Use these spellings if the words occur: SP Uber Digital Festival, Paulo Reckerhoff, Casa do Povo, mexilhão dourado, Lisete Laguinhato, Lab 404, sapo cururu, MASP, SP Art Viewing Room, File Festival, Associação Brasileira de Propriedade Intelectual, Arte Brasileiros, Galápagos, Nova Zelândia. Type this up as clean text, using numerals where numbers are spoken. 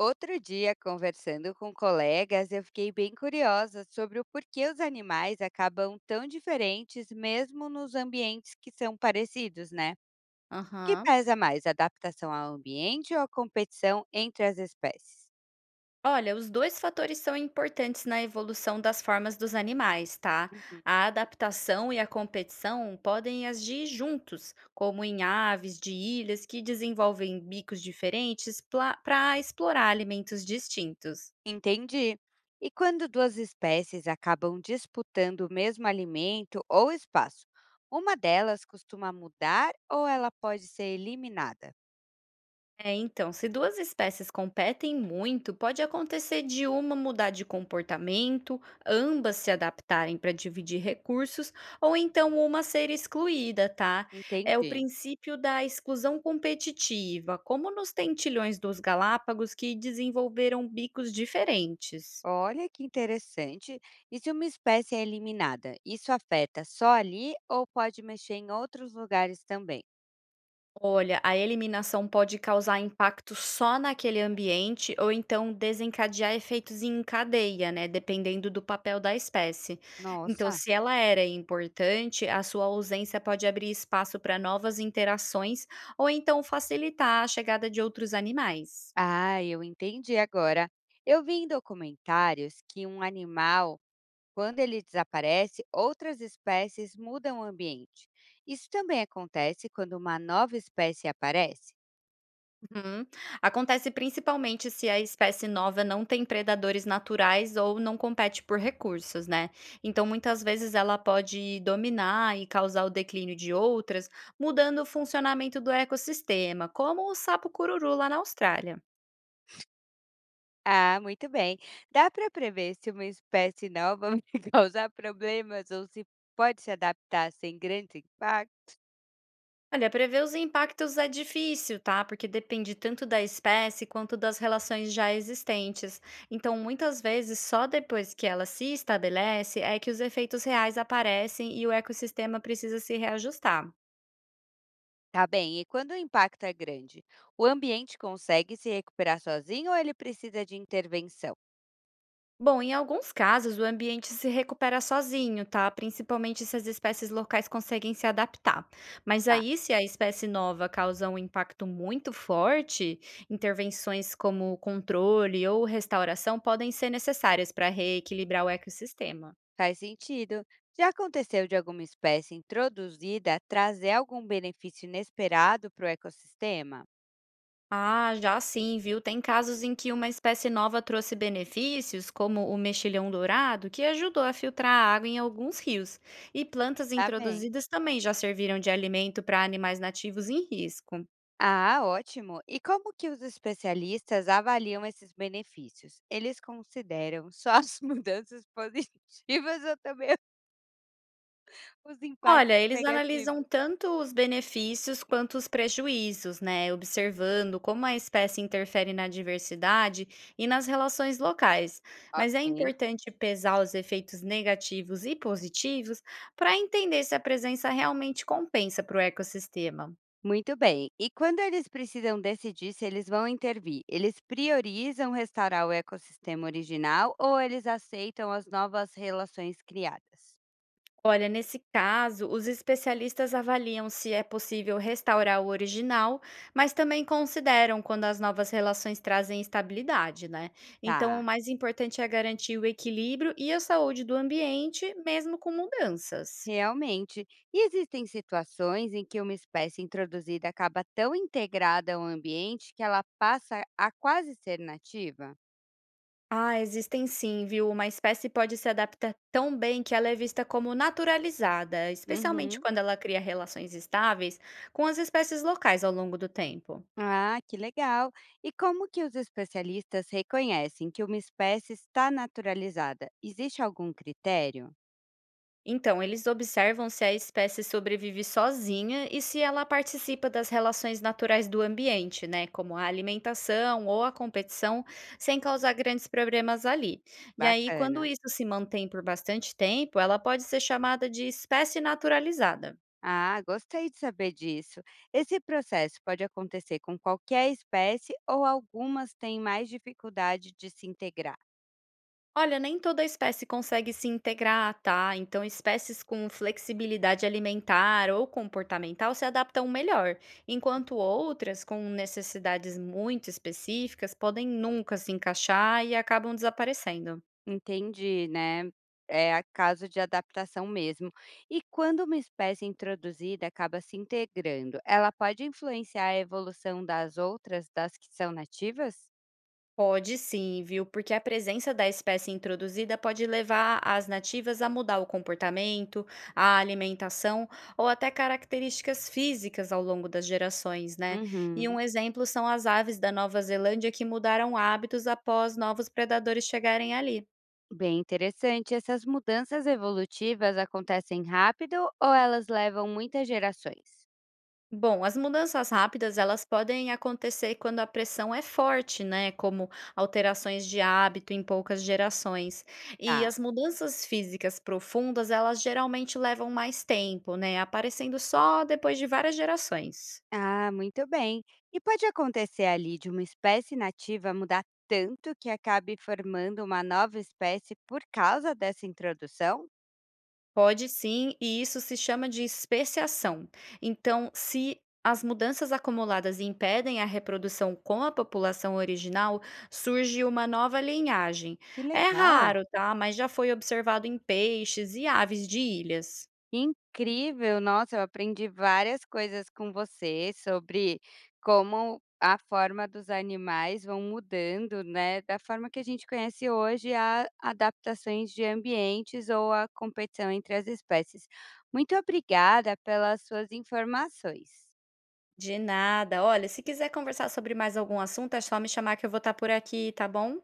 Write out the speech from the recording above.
Outro dia, conversando com colegas, eu fiquei bem curiosa sobre o porquê os animais acabam tão diferentes, mesmo nos ambientes que são parecidos, né? O que Aham. pesa mais, a adaptação ao ambiente ou a competição entre as espécies? Olha, os dois fatores são importantes na evolução das formas dos animais, tá? Uhum. A adaptação e a competição podem agir juntos, como em aves de ilhas que desenvolvem bicos diferentes para explorar alimentos distintos. Entendi. E quando duas espécies acabam disputando o mesmo alimento ou espaço, uma delas costuma mudar ou ela pode ser eliminada? É, então, se duas espécies competem muito, pode acontecer de uma mudar de comportamento, ambas se adaptarem para dividir recursos, ou então uma ser excluída, tá? É o Entendi. princípio da exclusão competitiva, como nos tentilhões dos Galápagos que desenvolveram bicos diferentes. Olha que interessante. E se uma espécie é eliminada, isso afeta só ali ou pode mexer em outros lugares também? Olha, a eliminação pode causar impacto só naquele ambiente ou então desencadear efeitos em cadeia, né? Dependendo do papel da espécie. Então, Nossa, se ela era importante, a sua ausência pode abrir espaço para novas interações ou então facilitar a chegada de outros animais. ah, eu entendi agora. Eu vi em documentários que um animal, quando ele desaparece, outras espécies mudam o ambiente. Isso também acontece quando uma nova espécie aparece? Uhum. Acontece principalmente se a espécie nova não tem predadores naturais ou não compete por recursos, né? Então, muitas vezes ela pode dominar e causar o declínio de outras, mudando o funcionamento do ecossistema, como o sapo cururu lá na Austrália. Ah, muito bem. Dá para prever se uma espécie nova vai causar problemas ou se pode se adaptar sem grandes impactos? Olha, prever os impactos é difícil, tá? Porque depende tanto da espécie quanto das relações já existentes. Então, muitas vezes, só depois que ela se estabelece é que os efeitos reais aparecem e o ecossistema precisa se reajustar. Tá bem, e quando o impacto é grande, o ambiente consegue se recuperar sozinho ou ele precisa de intervenção? Bom, em alguns casos, o ambiente se recupera sozinho, tá? Principalmente se as espécies locais conseguem se adaptar. Mas Tá. aí, se a espécie nova causa um impacto muito forte, intervenções como controle ou restauração podem ser necessárias para reequilibrar o ecossistema. Faz sentido. Já aconteceu de alguma espécie introduzida trazer algum benefício inesperado para o ecossistema? Ah, já sim, viu? Tem casos em que uma espécie nova trouxe benefícios, como o mexilhão dourado, que ajudou a filtrar a água em alguns rios. E plantas Tá bem. introduzidas também já serviram de alimento para animais nativos em risco. Ah, ótimo. E como que os especialistas avaliam esses benefícios? Eles consideram só as mudanças positivas ou também os impactos Olha, eles analisam negativos? tanto os benefícios quanto os prejuízos, né? Observando como a espécie interfere na diversidade e nas relações locais. Mas é Ok. importante pesar os efeitos negativos e positivos para entender se a presença realmente compensa para o ecossistema. Muito bem. E quando eles precisam decidir se eles vão intervir, eles priorizam restaurar o ecossistema original ou eles aceitam as novas relações criadas? Olha, nesse caso, os especialistas avaliam se é possível restaurar o original, mas também consideram quando as novas relações trazem estabilidade, né? Então, o Tá, mais importante é garantir o equilíbrio e a saúde do ambiente, mesmo com mudanças. realmente. E existem situações em que uma espécie introduzida acaba tão integrada ao ambiente que ela passa a quase ser nativa? Ah, existem sim, viu? Uma espécie pode se adaptar tão bem que ela é vista como naturalizada, especialmente Uhum. quando ela cria relações estáveis com as espécies locais ao longo do tempo. Ah, que legal. E como que os especialistas reconhecem que uma espécie está naturalizada? Existe algum critério? Então, eles observam se a espécie sobrevive sozinha e se ela participa das relações naturais do ambiente, né, como a alimentação ou a competição, sem causar grandes problemas ali. E aí, quando Bacana. isso se mantém por bastante tempo, ela pode ser chamada de espécie naturalizada. Ah, gostei de saber disso. Esse processo pode acontecer com qualquer espécie ou algumas têm mais dificuldade de se integrar? Olha, nem toda espécie consegue se integrar, tá? Então, espécies com flexibilidade alimentar ou comportamental se adaptam melhor, enquanto outras com necessidades muito específicas podem nunca se encaixar e acabam desaparecendo. Entendi, né? É a caso de adaptação mesmo. E quando uma espécie introduzida acaba se integrando, ela pode influenciar a evolução das outras, das que são nativas? Pode sim, viu? Porque a presença da espécie introduzida pode levar as nativas a mudar o comportamento, a alimentação ou até características físicas ao longo das gerações, né? E um Uhum. exemplo são as aves da Nova Zelândia que mudaram hábitos após novos predadores chegarem ali. Bem interessante. Essas mudanças evolutivas acontecem rápido ou elas levam muitas gerações? Bom, as mudanças rápidas, elas podem acontecer quando a pressão é forte, né? Como alterações de hábito em poucas gerações. E Tá. as mudanças físicas profundas, elas geralmente levam mais tempo, né? Aparecendo só depois de várias gerações. Ah, muito bem. E pode acontecer ali de uma espécie nativa mudar tanto que acabe formando uma nova espécie por causa dessa introdução? Pode sim, e isso se chama de especiação. Então, se as mudanças acumuladas impedem a reprodução com a população original, surge uma nova linhagem. Que É legal! raro, tá? Mas já foi observado em peixes e aves de ilhas. Incrível! Nossa, eu aprendi várias coisas com você sobre como a forma dos animais vão mudando, né? Da forma que a gente conhece hoje, a adaptações de ambientes ou a competição entre as espécies. Muito obrigada pelas suas informações. De nada. Olha, se quiser conversar sobre mais algum assunto, é só me chamar que eu vou estar por aqui, tá bom?